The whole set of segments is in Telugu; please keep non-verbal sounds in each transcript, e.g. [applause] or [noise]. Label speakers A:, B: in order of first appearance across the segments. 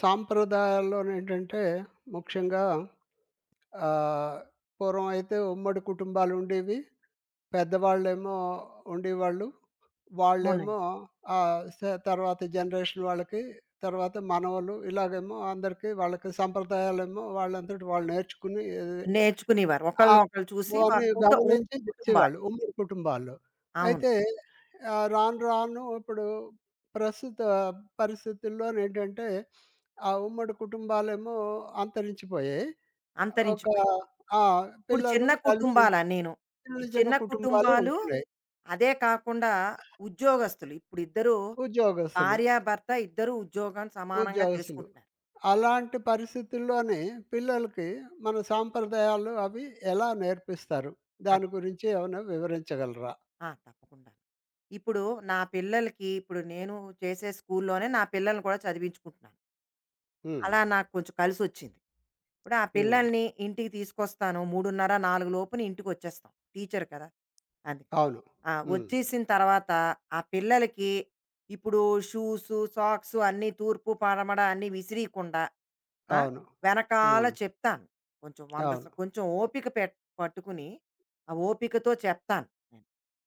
A: సాంప్రదాయాల్లోనేంటంటే ముఖ్యంగా ఆహ్, పూర్వం అయితే ఉమ్మడి కుటుంబాలుండేవి. పెద్దవాళ్ళేమో ఉండేవాళ్ళు. వాళ్ళేమో
B: అవునండి.
A: ఆహ్, స తర్వాత జనరేషన్ వాళ్ళకి, తర్వాత మనవలు ఇలాగేమో అందరికీ వాళ్ళకి సంప్రదాయాలేమో వాళ్ళంతట వాళ్ళు నేర్చుకుని
B: నేర్చుకునేవారు.
A: ఆ!
B: ఒకళ్ళనొకళ్ళు చూసి వ
A: అవన్నీ
B: కుట
A: గమనించి
B: ఉమ్మడి కుటుంబాలు.
A: చేసేవాళ్ళు ఉమ్మడి కుటుంబాల్లో.
B: అవును.
A: అయితే రాను రాను ఇప్పుడు ప్రస్తుత పరిస్థితుల్లోనేంటంటే, ఆ ఉమ్మడి కుటుంబాలేమో అంతరించిపోయాయి. ఒక
B: అంతరించిపోయాయి.
A: ఆ!
B: ఇప్పుడు
A: పిల్లలు
B: చిన్న
A: తల్లిదండ్రులు
B: కుటుంబాలన్నీను. ఈ
A: చిన్న చిన్న
B: చిన్న
A: కుటుంబాలే
B: కుటుంబాలు,
A: ఉంటున్నాయి.
B: అదే కాకుండా ఉద్యోగస్తులు. ఇప్పుడు ఇద్దరూ
A: ఉద్యోగస్తులు,
B: భార్యాభర్త ఇద్దరూ ఉద్యోగం సమానంగా
A: ఉద్యోగస్తులు.
B: చేసుకుంటున్నారు.
A: అలాంటి పరిస్థితుల్లోనే పిల్లలకి మన సాంప్రదాయాలు అవి ఎలా నేర్పిస్తారు?
B: అది.
A: దాని గురించి ఏమైనా వివరించగలరా?
B: ఆ! తప్పకుండా. ఇప్పుడు నా పిల్లలకి నేను చేసే స్కూల్లోనే నా పిల్లల్ని కూడా చదివించుకుంటున్నాను.
A: హ్మ్.
B: అలా నాకు కొంచెం కలిసొచ్చింది. ఇప్పుడు ఆ
A: హ్మ్.
B: పిల్లల్ని ఇంటికి తీసుకొస్తాను. 3:30, 4 లోపున ఇంటికొచ్చేస్తాం. టీచర్ కదా! అందుకని.
A: అవును.
B: ఆ!
A: హ్మ్.
B: వచ్చేసిన తర్వాత ఆ పిల్లలకి ఇప్పుడు షూసు, సాక్సు అన్నీ తూర్పు, పడమర అన్నీ విసిరీయకుండా ఆ!
A: అవును.
B: వెనకాల
A: హ్మ్.
B: చెప్తాను. కొంచెం 100
A: అవును.
B: కొంచెం ఓపిక పట్టుకుని, ఆ ఓపికతో చెప్తాను నేను.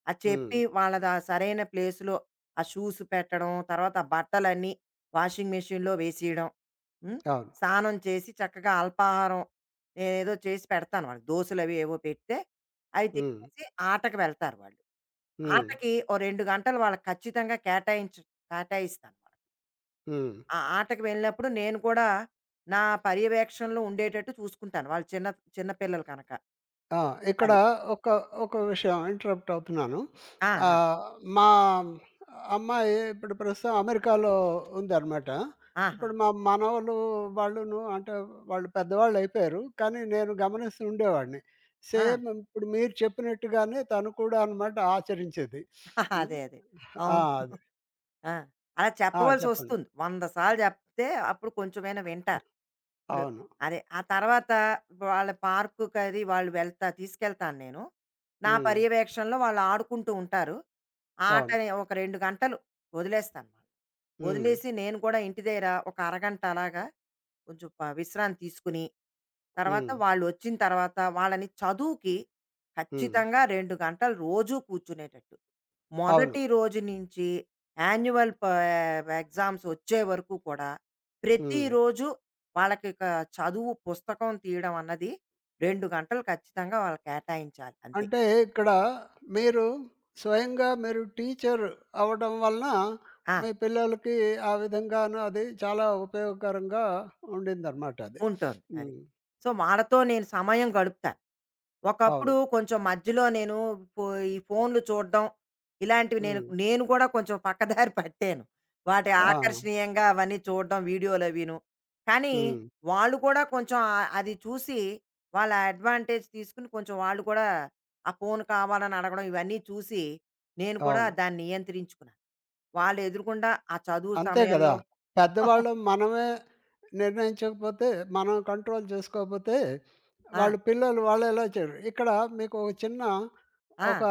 B: అది చెప్పి
A: హ్మ్.
B: వాళ్ళది ఆ సరైన ప్లేస్‌లో ఆ షూస్ పెట్టడం, తర్వాత ఆ బట్టలన్నీ వాషింగ్ మెషిన్‌లో వేసేయడం. హ్మ్.
A: అవును.
B: స్నానం చేసి చక్కగా అల్పాహారం నేనేదో చేసి పెడతాను వాళ్ళకి. దోసలవి ఏవో పెడితే, అవి
A: హ్మ్.
B: తినేసి ఆటకి వెళ్తారు వాళ్ళు.
A: హ్మ్.
B: ఆటకి ఓ 2 గంటలు వాళ్ళకి ఖచ్చితంగా కేటాయిస్తాను.
A: హ్మ్.
B: ఆ ఆటకి వెళ్ళినప్పుడు నేను కూడా నా పర్యవేక్షణలో ఉండేటట్టు చూసుకుంటాను. వాళ్ళు చిన్న చిన్న పిల్లలు కనక.
A: ఆ! ఇక్కడ
B: అది.
A: ఒక ఒక విషయం ఇంటరప్ట్ అవుతున్నాను.
B: ఆ! ఆ!
A: ఆహ్, మా అమ్మాయి ఇప్పుడు ప్రస్తుతం అమెరికాలో ఉందనమాట.
B: ఆహాహా!
A: ఇప్పుడు మా మనవలు వాళ్ళును అంటే వాళ్ళు పెద్దవాళ్ళు అయిపోయారు. కానీ నేను గమనిస్తూ ఉండేవాడిని.
B: ఆ!
A: సేమ్ ఇప్పుడు మీరు చెప్పినట్టుగానే తను కూడా అనమాట ఆచరించేది.
B: [laughs]
A: హ్మ్.
B: అదే. అదే.
A: ఆ!
B: అవును.
A: అది.
B: ఆ! అలా
A: ఆ! చెప్పండి.
B: చెప్పవలసొస్తుంది. 100 సార్లు చెప్తే అప్పుడు కొంచెమైనా వింటారు. ఇప్పుడు
A: అవును.
B: అదే. ఆ తర్వాత వాళ్ళ పార్కుకది వాళ్ళు వెళ్తా తీసుకెళ్తాను నేను. నా
A: హ్మ్.
B: పర్యవేక్షణలో వాళ్ళు ఆడుకుంటూ ఉంటారు. ఆ
A: అవును.
B: ఆటని ఒక 2 గంటలు వదిలేస్తాను.
A: హ్మ్.
B: వదిలేసి నేను కూడా ఇంటి దగ్గర ఒక అరగంట అలాగా కొంచెం విశ్రాంతి తీసుకుని, తర్వాత
A: హ్మ్.
B: వాళ్ళొచ్చిన తర్వాత వాళ్ళని చదువుకి
A: హ్మ్.
B: ఖచ్చితంగా 2 గంటలు రోజూ కూర్చునేటట్టు.
A: అవును.
B: మొదటి రోజు నుంచి యాన్యువల్ ఎగ్జామ్స్ వచ్చే వరకు కూడా
A: హ్మ్.
B: ప్రతిరోజు వాళ్ళకి చదువు పుస్తకం తీయడం అన్నది 2 గంటలు ఖచ్చితంగా వాళ్ళకి కేటాయించాలి అంతే.
A: అంటే ఇక్కడ మీరు స్వయంగా టీచర్ అవ్వడం వలన
B: ఆ!
A: మీ పిల్లలకి ఆ విధంగాను అది చాలా ఉపయోగకరంగా ఉండిందనమాట అది.
B: ఉంటోంది అది.
A: హ్మ్.
B: సో, వాళ్ళతో నేను సమయం గడుపుతాను. ఒకప్పుడు
A: అవును.
B: కొంచెం మధ్యలో నేను ఫో ఈ ఫోన్లు చూడడం, ఇలాంటివి నేను
A: హ్మ్.
B: నేను కూడా కొంచెం పక్కదారి పట్టాను. వాటి
A: ఆ!
B: ఆకర్షణీయంగా అవన్నీ చూడడం వీడియోలవీను. కానీ,
A: హ్మ్.
B: వాళ్ళు కూడా కొంచెం అది చూసి వాళ్ళ అడ్వాంటేజ్ తీసుకొని కొంచెం వాళ్ళు కూడా ఆ ఫోన్ కావాలని అడగడం ఇవన్నీ చూసి, నేను కూడా
A: అవును.
B: దాన్ని నియంత్రించుకున్నాను. వాళ్ళు ఎదురుగుండా ఆ చదువు
A: అంతే కదా!
B: సమయంలో [laughs]
A: పెద్దవాళ్ళు మనమే నిర్ణయించకపోతే, మనం కంట్రోల్ చేసుకోకపోతే,
B: ఆ!
A: వాళ్ళు పిల్లలు వాళ్ళే ఎలా చేయరు. ఇక్కడ మీకు ఒక చిన్న
B: ఆ!
A: ఒక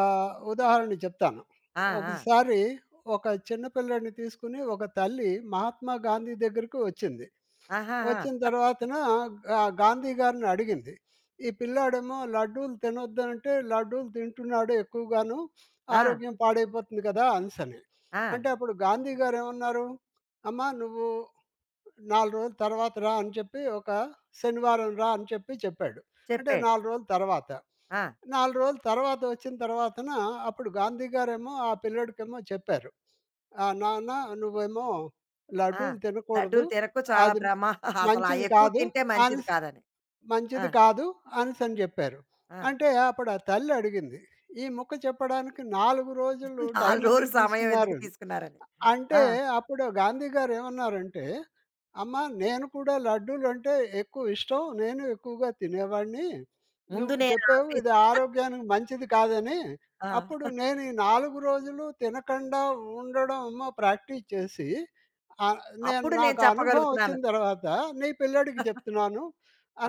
A: ఉదాహరణ చెప్తాను.
B: ఆ! ఆ! ఆ
A: ఒకసారి ఒక చిన్న పిల్లాడిని తీసుకొని ఒక తల్లి మహాత్మా గాంధీ దగ్గరికి వచ్చింది.
B: ఆహాహా!
A: వచ్చిన తర్వాతన గాంధీ గారిని అడిగింది. "ఈ పిల్లాడేమో లడ్డూలు తినొద్దంటే లడ్డూలు తింటున్నాడు ఎక్కువగాను.
B: ఆ!
A: ఆరోగ్యం పాడైపోతుంది కదా!" అనేసని.
B: ఆ!
A: అంటే అప్పుడు గాంధీ గారేమన్నారు, "అమ్మా! నువ్వు 4 రోజుల తర్వాత రా" అని చెప్పి ఒక శనివారం రా అని చెప్పాడు. అంటే
B: చెప్పాడు.
A: 4 రోజుల తర్వాత.
B: ఆ!
A: 4 రోజుల తర్వాత వచ్చిన తర్వాతన అప్పుడు గాంధీ గారేమో ఆ పిల్లోడికేమో చెప్పారు. "నాన్న నువ్వేమో
B: ఆ!
A: లడ్డూలు తినకూడదు.
B: లడ్డూలు తినకు చాలా
A: అది
B: [laughs] అసలు ఆ
A: మంచిది
B: ఎక్కువ
A: కాదు"
B: తింటే మంచిది
A: అనేసి
B: కాదని. ఆ!
A: మంచిది కాదు అనేసని జెప్పారు.
B: ఆ!
A: అంటే అప్పుడు ఆ తల్లి అడిగింది. ఈ ముక్క చెప్పడానికి 4 రోజులు టైం
B: 4 రోజులు
A: ఎందుకు
B: సమయం ఎందుకు
A: తీసుకున్నారని.
B: తీసుకున్నారని.
A: అంటే
B: ఆ!
A: అప్పుడు గాంధీ గారు ఏమన్నారంటే, "అమ్మా! నేను కూడా లడ్డూలంటే ఎక్కువ ఇష్టం. నేను ఎక్కువగా తినేవాడిని.
B: ముందు
A: నువ్వు
B: నేను
A: చెప్పావు ఇది
B: ఆపేసా.
A: ఆరోగ్యానికి మంచిది కాదని. అప్పుడు
B: ఆ!
A: నేను ఈ 4 రోజులు తినకుండా ఉండడం ఏమో ప్రాక్టీస్ చేసి నేను
B: అప్పుడు నేను
A: నాకు అనుభవం వచ్చిన
B: చెప్పగలుగుతున్నాను.
A: తర్వాత నీ పిల్లాడికి చెప్తున్నాను"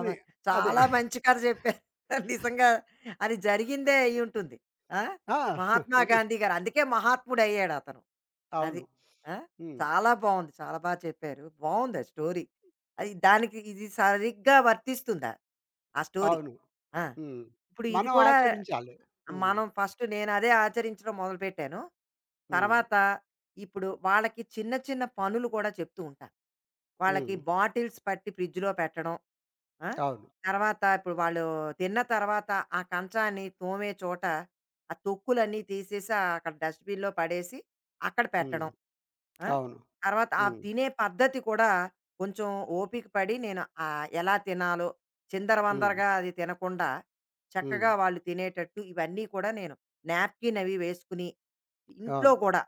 B: అవ
A: అదే.
B: చాలా మంచి కథ చెప్పారు. [laughs] నిజంగా అది జరిగిందే అయ్యుంటుంది. ఆ!
A: ఆ!
B: మహాత్మా
A: రి
B: గాంధీ గారు. అందుకే మహాత్ముడయ్యాడతను. అది.
A: అవును.
B: ఆ!
A: హ్మ్.
B: చాలా బావుంది. చాలా చెప్పారు. బావుంది ఆ స్టోరీ. అది దానికి ఇది సరిగ్గా వర్తిస్తుందా? ఆ స్టోరీ.
A: అవును.
B: ఆ!
A: హ్మ్.
B: ఇప్పుడు ఇది
A: మనం
B: కూడా
A: ఆచరించాలి. హ్మ్.
B: మనం ఫస్ట్ నేనదే ఆచరించడం మొదలుపెట్టాను.
A: హ్మ్.
B: తర్వాత ఇప్పుడు వాళ్ళకి చిన్న చిన్న పనులు కూడా చెప్తూ ఉంటాను. వాళ్ళకి
A: హ్మ్.
B: బాటిల్స్ పట్టి ఫ్రిడ్జ్‌లో పెట్టడం. ఆ!
A: అవును.
B: తర్వాత ఇప్పుడు వాళ్ళు తిన్న తర్వాత ఆ కంచాన్ని తోమే చోట ఆ తొక్కులన్నీ తీసేసి ఆ అక్కడ డస్ట్‌బిన్‌లో పడేసి అక్కడ
A: హ్మ్.
B: పెట్టడం. ఆ!
A: అవును.
B: తర్వాత ఆ
A: హ్మ్.
B: తినే పద్ధతి కూడా కొంచెం ఓపిక పడి నేను ఎలా తినాలో
A: హ్మ్.
B: చిందరవందరగా అది తినకుండా
A: హ్మ్.
B: చక్కగా వాళ్ళు తినేటట్టు ఇవన్నీ కూడా నేను నాప్కిన్ అవి వేసుకుని ఇంట్లో
A: అవును.
B: కూడా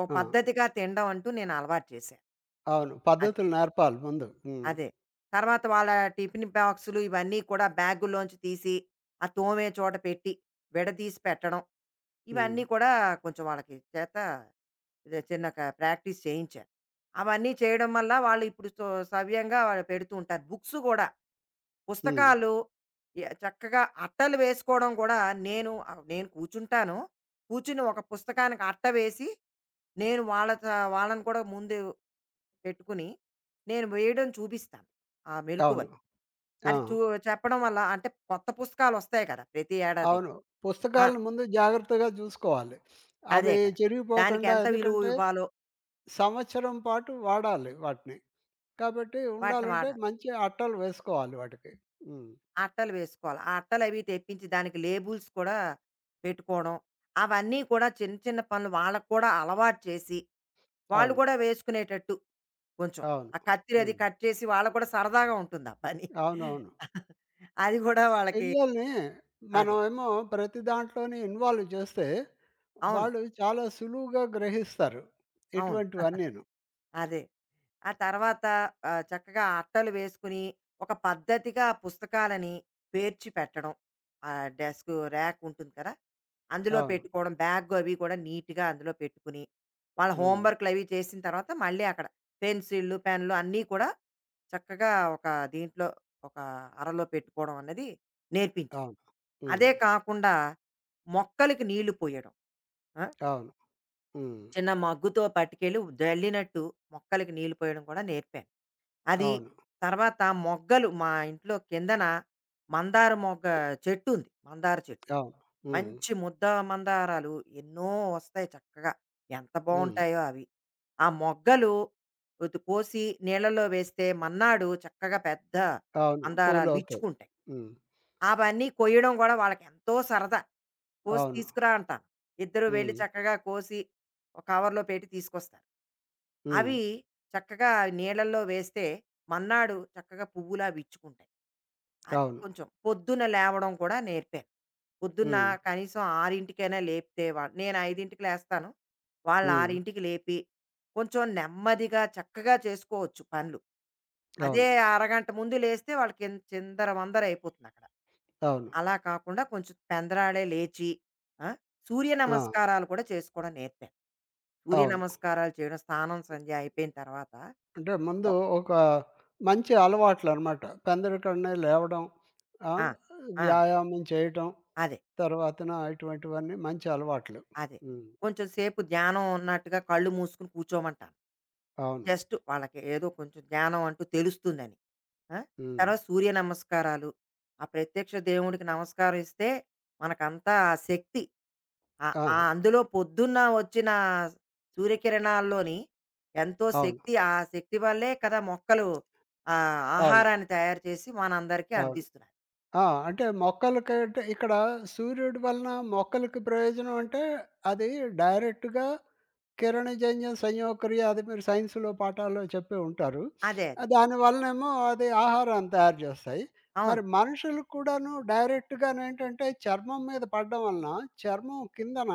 B: ఒక
A: ఆ!
B: పద్ధతిగా తినడం అంటూ నేను అలవాటు చేశాను.
A: అవును.
B: అది.
A: పద్ధతులు నేర్పాలి ముందు. హ్మ్.
B: అదే. తర్వాత వాళ్ళ టిఫిన్ బాక్సులు ఇవన్నీ కూడా బ్యాగుల్లోంచి తీసి ఆ తోమే చోట పెట్టి విడదీసి పెట్టడం.
A: హ్మ్.
B: ఇవన్నీ కూడా కొంచెం వాళ్ళకి చేత ఇది చిన్న ప్రాక్టీస్ చేయించాను అవన్నీ చేయడం వల్ల వాళ్ళు ఇప్పుడు సవ్యంగా వాళ్ళు పెడుతూ ఉంటారు బుక్స్ కూడా
A: హ్మ్.
B: పుస్తకాలు చక్కగా అట్టలు వేసుకోవడం కూడా నేను నేను కూర్చుంటాను కూర్చుని ఒక పుస్తకానికి అట్ట వేసి నేను వాళ్ళ వాళ్ళని కూడా ముందు పెట్టుకుని నేను వేయడం చూపిస్తాను ఆ
A: అవును.
B: మెలకువలు
A: ఆ!
B: అది చూ చెప్పడం వల్ల అంటే కొత్త పుస్తకాలు వస్తాయి కదా ప్రతి ఏడాది
A: అవును.
B: ఆ,
A: పుస్తకాలను ముందు జాగ్రత్తగా జూసుకోవాలి.
B: అదే
A: అవి
B: కదా దానికి
A: చిరిగిపోకుండా
B: ఎంత విలువ
A: ఎందుకంటే
B: ఇవ్వాలో
A: సంవత్సరం పాటు వాడాలి వాటిని. కాబట్టి
B: వాటిని
A: ఉండాలంటే
B: వాడాలి.
A: మంచి అట్టలు వేసుకోవాలి వాటికి. హ్మ్.
B: ఆ అట్టలు వేసుకోవాలి. ఆ అట్టలవి తెప్పించి దానికి లేబుల్స్ కూడా పెట్టుకోవడం. అవన్నీ కూడా చిన్న చిన్న పనులు వాళ్ళకి కూడా అలవాటు చేసి, వాళ్ళు
A: అవును.
B: కూడా వేసుకునేటట్టు కొంచెం.
A: అవును.
B: ఆ కత్తిరి అది
A: హ్మ్.
B: కట్ చేసి వాళ్ళకి కూడా సరదాగా ఉంటుంది ఆ పని.
A: అవునవును.
B: అది కూడా వాళ్ళకి
A: పిల్లల్ని
B: అదే.
A: మనమేమో ప్రతి దాంట్లోని ఇన్వాల్వ్ చేస్తే
B: అవును.
A: వాళ్ళు చాలా సులువుగా గ్రహిస్తారు.
B: అవును.
A: ఇటువంటివన్నీను.
B: అదే. ఆ తర్వాత చక్కగా అట్టలు వేసుకుని, ఒక పద్ధతిగా ఆ పుస్తకాలని పేర్చి పెట్టడం. డెస్క్ ర్యాక్ ఉంటుంది కదా! అందులో
A: అవును.
B: పెట్టుకోవడం. బ్యాగ్ అవి కూడా నీట్‌గా అందులో పెట్టుకుని, వాళ్ళ హోమ్
A: హ్మ్.
B: వర్క్‌లు అవి చేసిన తర్వాత మళ్ళీ అక్కడ పెన్సిళ్ళు, పెన్‌లు అన్నీ కూడా చక్కగా ఒక దీంట్లో ఒక అరలో పెట్టుకోవడం అన్నది నేర్పించారు.
A: అవును. హ్మ్.
B: అదే కాకుండా మొక్కలకి నీళ్లు పోయడం. ఆ!
A: అవును. హ్మ్.
B: చిన్న మగ్గుతో పట్టుకెళ్ళి జల్లినట్టు మొక్కలకి నీళ్ళు పోయడం కూడా నేర్పాను. అది
A: అవును.
B: తర్వాత మొగ్గలు మా ఇంట్లో కిందన మందార మొగ్గ చెట్టు ఉంది. మందార చెట్టు.
A: అవును. హ్మ్.
B: మంచి ముద్ద మందారాలు ఎన్నో వస్తాయి చక్కగా. ఎంత
A: హ్మ్.
B: బావుంటాయో అవి. ఆ మొగ్గలు కోసి నీళ్ళలో వేస్తే మన్నాడు చక్కగా పెద్ద
A: అవును.
B: మందారాలు
A: పూలవుతాయి.
B: విచ్చుకుంటాయి.
A: హ్మ్.
B: అవన్నీ కొయ్యడం గూడా వాళ్ళకెంతో సరదా. కోసి
A: అవును.
B: తీసుకురా అంటాను. ఇద్దరు వెళ్లి
A: హ్మ్.
B: చక్కగా కోసి ఒక కవర్‌లో పెట్టి తీసుకొస్తారు.
A: హ్మ్.
B: అవి చక్కగా నీళ్ళల్లో వేస్తే మన్నాడు చక్కగా పువ్వులా విచ్చుకుంటాయి. అది
A: అవును.
B: కొంచెం పొద్దున లేవడం కూడా నేర్పాను. పొద్దున్న
A: హ్మ్.
B: కనీసం 6:00కైనా లేపితే నేను 5:00కి లేస్తాను. వాళ్ళు
A: హ్మ్.
B: 6:00కి లేపి కొంచెం నెమ్మదిగా చక్కగా చేసుకోవచ్చు పనులు. అదే
A: అవును.
B: అరగంట ముందు లేస్తే వాళ్ళకి చిందరవందర అయిపోతుందక్కడ.
A: అవును.
B: అలా కాకుండా కొంచెం పెందరాడే లేచి ఆ, సూర్య
A: ఆ!
B: నమస్కారాలు కూడా చేసుకోవడం నేర్పాను సూర్య
A: అవును.
B: నమస్కారాలు చేయడం స్నానం సంధ్య అయిపోయిన తర్వాత
A: అంటే ముందు
B: ఓ-
A: ఒక మంచి అలవాట్లనమాట. పెందరికనే లేవడం, ఆ!
B: ఆ, ఆ,
A: వ్యాయామం చేయటం,
B: అదే
A: తర్వాతన ఇటువంటివన్నీ మంచి అలవాట్లు.
B: అదే
A: హ్మ్.
B: కొంచెం సేపు ధ్యానం ఉన్నట్టుగా కళ్ళు మూసుకుని కూర్చోమంటాను
A: అవును.
B: జస్ట్ వాళ్ళకి ఏదో కొంచెం ధ్యానం అంటూ తెలుస్తుందని ఆ?
A: హ్మ్.
B: తర్వాత సూర్య నమస్కారాలు ఆ ప్రత్యక్ష దేవుడికి నమస్కారం ఇస్తే మనకంతా ఆ శక్తి ఆ!
A: ఆ!
B: ఆ అందులో పొద్దున్న వచ్చిన సూర్యకిరణాల్లోని ఎంతో
A: అవును.
B: శక్తి, ఆ శక్తి వల్లే కదా మొక్కలు
A: అవును.
B: ఆహారాన్ని తయారు చేసి మనందరికీ
A: అవును.
B: అందిస్తున్నాయి.
A: ఆ! అంటే మొక్కలకంటే ఇక్కడ సూర్యుడి వలన మొక్కలకి ప్రయోజనం అంటే, అది డైరెక్ట్‌గా కిరణజన్య సంయోగక్రియ అది మీరు సైన్స్‌లో పాఠాల్లో చెప్పే ఉంటారు.
B: అదే. అదే.
A: దానివలనేమో అది ఆహారాన్ని తయారు చేస్తాయి.
B: అవును.
A: మరి మనుషులకు కూడాను డైరెక్ట్‌గానేంటంటే చర్మం మీద పడడం వలన చర్మం కిందన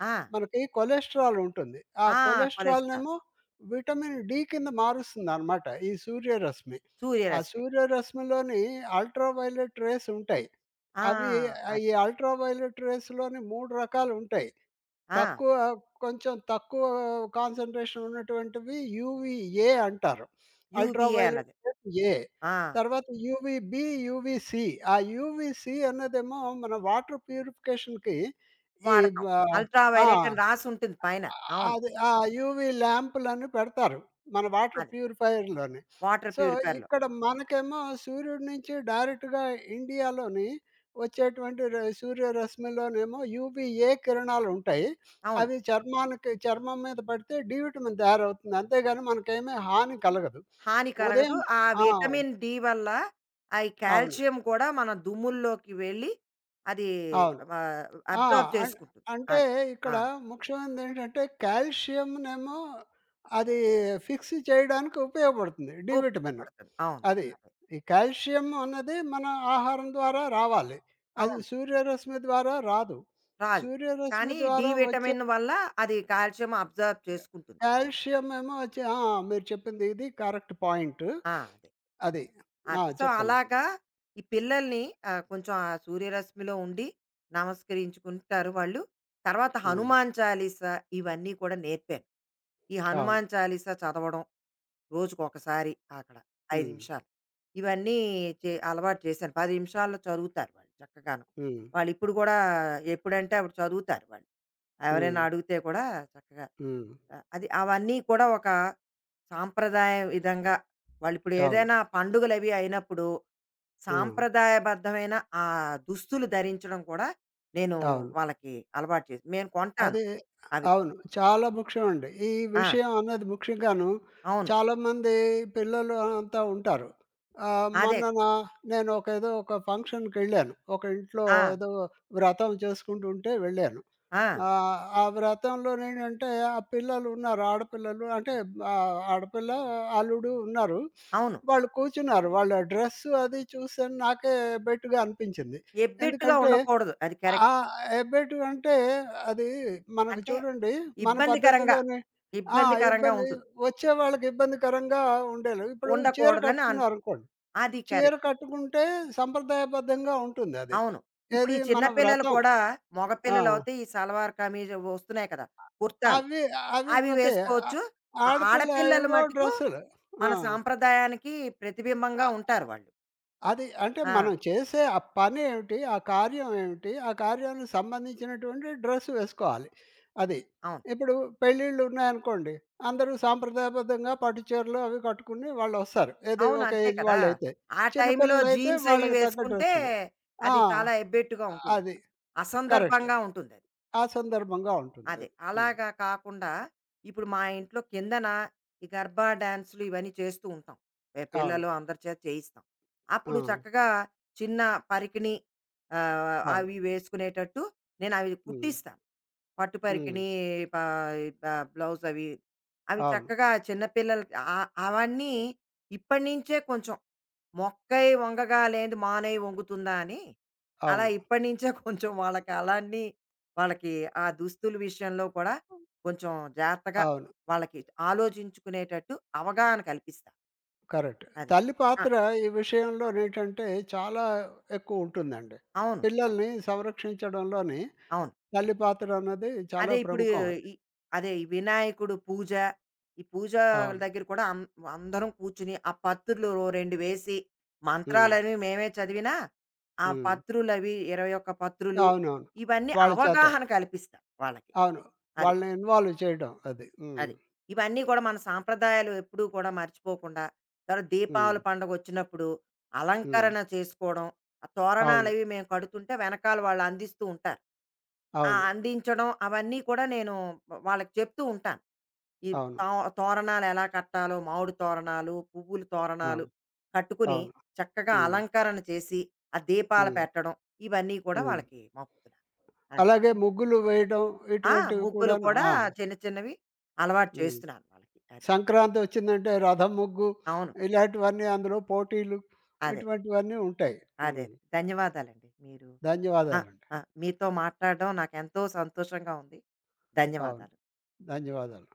B: ఆ!
A: మనకి కొలెస్ట్రాల్ ఉంటుంది. ఆ
B: ఆ! కొలెస్ట్రాల్,
A: కొలెస్ట్రాల్‌నేమో విటమిన్ డి కింద మారుస్తుందనమాట ఈ సూర్యరశ్మి. ఆ
B: సూర్యరశ్మి.
A: సూర్యరశ్మిలోని అల్ట్రావైలెట్ రేస్ ఉంటాయి.
B: ఆ!
A: అవి
B: అది.
A: ఈ అల్ట్రావైలెట్ రేస్‌లోని 3 రకాలుంటాయి.
B: ఆ!
A: తక్కువ కొంచెం తక్కువ కాన్సంట్రేషన్ ఉన్నటువంటివి యూవీఏ అంటారు. అల్ట్రా
B: యూబీఏ
A: వయొలెట్
B: అన్నది.
A: Rays A.
B: ఆ!
A: తర్వాత యూవీబీ, యూవీసీ. ఆ యూవీసీ అన్నదేమో మన వాటర్ ప్యూరిఫికేషన్‌కి ఈ బ
B: వాడతాం. అల్ట్రా
A: ఆ!
B: వయలెట్ అని రాసుంటుంది పైన.
A: ఆ!
B: అవును.
A: అది ఆ యూవీ ల్యాంపులని పెడతారు. మన వాటర్
B: అది.
A: ప్యూరిఫైయర్‌లోని.
B: వాటర్
A: సో,
B: ప్యూరిఫైయర్‌లో.
A: ఇక్కడ మనకేమో సూర్యుడి నుంచి డైరెక్ట్‌గా ఇండియాలోని వచ్చేటువంటి సూర్యరశ్మిలోనేమో యూవీఏ కిరణాలుంటాయి.
B: అవును.
A: అవి చర్మం మీద పడితే డి విటమిన్ తయారవుతుంది. అంతేగాని మనకేమీ హాని కలగదు.
B: హాని కలగదు.
A: ఉదయం
B: ఆ
A: ఆ!
B: విటమిన్ డి వల్ల ఆ ఈ
A: అవును.
B: కాల్షియం కూడా మన దుమ్ముల్లోకి వెళ్ళి అది
A: అవును.
B: ఆహ్,
A: ఆ!
B: అబ్జార్బ్
A: అన్
B: చేసుకుంటుంది.
A: అంటే
B: అది. ఆ!
A: ఇక్కడ ముఖ్యమైనదేంటంటే కాల్షియంనేమో అది ఫిక్స్ చేయడానికి ఉపయోగపడుతుంది. D vitamin.
B: ఉపయోగపడుతుంది. అవును.
A: అది.
B: అదే.
A: ఈ కాల్షియం అన్నది మన ఆహారం ద్వారా రావాలి. అది
B: అవును.
A: సూర్యరశ్మి ద్వారా రాదు.
B: రాదు.
A: సూర్యరశ్మి
B: కానీ డి
A: ద్వారా వచ్చే
B: విటమిన్ వల్ల అది కాల్షియం అబ్జార్బ్ చేసుకుంటుంది.
A: కాల్షియం ఏమో వచ్చి ఆ! మీరు చెప్పింది ఇది కరెక్ట్ పాయింట్.
B: ఆ! అదే.
A: అది. ఆ!
B: అది. సో,
A: చెప్పండి.
B: అలాగా ఈ పిల్లల్ని కొంచెం ఆ సూర్యరశ్మిలో ఉండి నమస్కరించుకుంటారు వాళ్ళు. తర్వాత
A: హ్మ్.
B: హనుమాన్ చాలీస ఇవన్నీ కూడా నేర్పాను. ఈ
A: అవును.
B: హనుమాన్ చాలీస చదవడం రోజుకొకసారి అక్కడ 5
A: హ్మ్.
B: నిమిషాలు. ఇవన్నీ అలవాటు చేశాను. 10 నిమిషాల్లో చదువుతారు వాళ్ళు చక్కగాను.
A: హ్మ్.
B: వాళ్ళిప్పుడు గూడా ఎప్పుడంటే అప్పుడు చదువుతారు వాళ్ళు.
A: హ్మ్.
B: ఎవరైనా అడిగితే కూడా చక్కగా
A: హ్మ్.
B: అది అవన్నీ కూడా ఒక సాంప్రదాయ విధంగా వాళ్ళిప్పుడు
A: అవును.
B: ఏదైనా పండుగలవి అయినప్పుడు
A: ఆ!
B: సాంప్రదాయబద్ధమైన ఆ దుస్తులు ధరించడం కూడా నేను
A: అవును.
B: వాళ్ళకి అలవాటు చేసి నేను కొంటాను
A: అదే.
B: అవి.
A: అవును. చాలా ముఖ్యమండి. ఈ
B: ఆ!
A: విషయం అన్నది ముఖ్యంగాను
B: అవును.
A: చాలామంది పిల్లలు అంతా ఉంటారు.
B: అదే.
A: మొన్న
B: కదా.
A: నేను ఒక ఏదో ఒక ఫంక్షన్‌కెళ్ళాను. ఒక ఇంట్లో
B: ఆ!
A: ఏదో వ్రతం చేసుకుంటుంటే వెళ్ళాను.
B: ఆ!
A: ఆ వ్రతంలోనేంటంటే ఆ పిల్లలు ఉన్నారు. ఆడపిల్లలు అంటే ఆడపిల్ల, అల్లుడు ఉన్నారు.
B: అవును.
A: వాళ్ళు కూర్చున్నారు. వాళ్ళ డ్రెస్సు అది చూసాను నాకే బెట్టుగా అనిపించింది.
B: ఎబ్బెట్టుగా
A: ఎందుకంటే
B: ఉండకూడదు. అది
A: ఆ!
B: కరెక్ట్.
A: ఎబ్బెటివి అంటే అది మనకు
B: అంటే
A: చూడండి మన
B: ఇబ్బందికరంగా,
A: పద్ధతిలోనే ఆ!
B: ఇబ్బందికరంగా
A: ఇబ్బంది
B: ఉంటుంది.
A: వచ్చే వాళ్ళకి ఇబ్బందికరంగా ఉండేలాగా. ఇప్పుడు చీర
B: ఉండకూడదని అను
A: కట్టుకున్నారనుకోండి.
B: అది
A: చీర
B: కరెక్ట్.
A: కట్టుకుంటే సంప్రదాయబద్ధంగా ఉంటుందది.
B: అవును. ఇప్పుడు
A: ఏది
B: ఈ చిన్న
A: మన
B: పిల్లలు
A: వ్రతం.
B: కూడా మగ
A: ఆ!
B: పిల్లలవుతే ఈ సల్వార్ కమీజ్ వస్తున్నాయి కదా! కుర్తాలు.
A: అవి అవి
B: అవి
A: ఓకే. ఆహ్,
B: వేసుకోవచ్చు. ఆ
A: ఆడపిల్ల
B: ఆడపిల్లలు
A: ఏవో
B: మటుకు
A: డ్రెస్సులు. ఆ!
B: మన సాంప్రదాయానికి ప్రతిబింబంగా
A: అ
B: ఉంటారు వాళ్ళు.
A: అది అంటే
B: ఆ!
A: మనం చేసే ఆ పని ఏమిటి? ఆ కార్యం ఏమిటి? ఆ కార్యానికి సంబంధించినటువంటి డ్రెస్ వేసుకోవాలి. అది.
B: అవును.
A: ఇప్పుడు పెళ్ళిళ్ళు ఉన్నాయనుకోండి. అందరూ సాంప్రదాయబద్ధంగా పట్టు చీరలు అవి కట్టుకుని వాళ్ళొస్తారు. ఏది
B: అవును.
A: ఒక
B: అంతే
A: ఏజ్
B: కదా!
A: వాళ్ళైతే.
B: ఆ
A: చిన్న
B: టైంలో
A: పిల్లలైతే
B: జీన్స్ అవి
A: వాళ్ళకి తగ్గ
B: వేసుకుంటే
A: డ్రెస్సులు. ఆ!
B: అది చాలా ఎబ్బెట్టుగా
A: అది.
B: ఉంటుందక్కడ.
A: కరెక్ట్.
B: అసందర్భంగా ఉంటుందది.
A: ఆ సందర్భంగా ఉంటుంది
B: అదే.
A: అది. హ్మ్.
B: అలాగా కాకుండా ఇప్పుడు మా ఇంట్లో కిందన ఈ గర్బా డాన్సులు ఇవన్నీ చేస్తూ ఉంటాం. ఎ
A: అవును.
B: పిల్లలు అందరి చేత చేయిస్తాం.
A: ఆ!
B: అప్పుడు చక్కగా చిన్న పరికిణి
A: అవును.
B: అవి వేసుకునేటట్టు నేనవి
A: హ్మ్.
B: కుట్టిస్తాను. పట్టు
A: హ్మ్.
B: పరికిణి ప ప బ్లౌజ్ అవి. అవి
A: అవును.
B: చక్కగా చిన్న పిల్లలకి అవన్నీ ఇప్పటి నుంచే కొంచెం మొక్కై వంగగా లేనిది మానై వంగుతుందా అని
A: అవును.
B: అలా
A: అవును.
B: ఇప్పటి నుంచే [laughs] కొంచెం వాళ్ళకి అలాన్ని వాళ్ళకి ఆ దుస్తుల విషయంలో కూడా కొంచెం జాగ్రత్తగా
A: అవును.
B: వాళ్ళకి ఆలోచించుకునేటట్టు అవగాహన కల్పిస్తా.
A: కరెక్ట్.
B: అది.
A: తల్లి
B: ఆ!
A: పాత్ర ఈ విషయంలోనేంటంటే చాలా ఎక్కువుంటుందండి.
B: అవును. అదే.
A: పిల్లల్ని సంరక్షించడంలోని
B: అవును.
A: తల్లి పాత్ర అన్నది చాలా
B: అదే ఇప్పుడు
A: ప్రముఖం అది.
B: ఈ అదే ఈ వినాయకుడు పూజ, ఈ పూజ
A: అవును.
B: దగ్గర కూడా అందరం కూర్చుని, ఆ పత్రులు ఓ 2 వేసి,
A: హ్మ్.
B: మంత్రాలవి మేమే చదివినా, ఆ
A: హ్మ్.
B: పత్రులవి 21 పత్రులు,
A: అవునవును.
B: ఇవన్నీ
A: వాళ్ళ చేత.
B: అవగాహన కల్పిస్తాం వాళ్ళకి.
A: అవును.
B: అది.
A: వాళ్ళని ఇన్వాల్వ్ చేయడం అది. హ్మ్.
B: అది. ఇవన్నీ కూడా మన సాంప్రదాయాలు ఎప్పుడూ కూడా మర్చిపోకుండా, తర్వాత
A: హ్మ్.
B: దీపావళి పండగొచ్చినప్పుడు
A: హ్మ్.
B: అలంకరణ చేసుకోవడం, ఆ
A: అవును.
B: తోరణాలవి మేము కడుతుంటే వెనకాల వాళ్ళు అందిస్తూ ఉంటారు. ఆ
A: అవును.
B: అందించడం అవన్నీ కూడా నేను వాళ్ళకి చెప్తూ ఉంటాను. ఈ
A: అవును.
B: తో తోరణాలెలా కట్టాలో, మామిడి తోరణాలు, పువ్వుల తోరణాలు
A: అవును.
B: కట్టుకుని
A: అవును.
B: చక్కగా
A: హ్మ్.
B: అలంకరణ చేసి, ఆ దీపాలు
A: హ్మ్.
B: పెట్టడం ఇవన్నీ కూడా
A: హ్మ్.
B: వాళ్ళకి మొక్కుతున్నాను. అది.
A: అలాగే ముగ్గులు వేయడం
B: ఆ!
A: ఇటువంటివి
B: ముగ్గులు
A: కూడాను.
B: కూడా
A: ఆ!
B: చిన్న చిన్నవి అలవాటు
A: హ్మ్.
B: చేస్తున్నాను వాళ్ళకి. అది.
A: సంక్రాంతి వచ్చిందంటే రథం ముగ్గు
B: అవును.
A: ఇలాంటివన్నీ అందులో పోటీలు
B: అదే. అదే.
A: ఇటువంటివన్నీ ఉంటాయి.
B: అదే.
A: హ్మ్.
B: ధన్యవాదాలండి. మీరు ఆ!
A: ధన్యవాదాలండి.
B: ఆ! మీతో మాట్లాడడం నాకెంతో సంతోషంగా ఉంది.
A: అవును.
B: ధన్యవాదాలు.
A: ధన్యవాదాలు.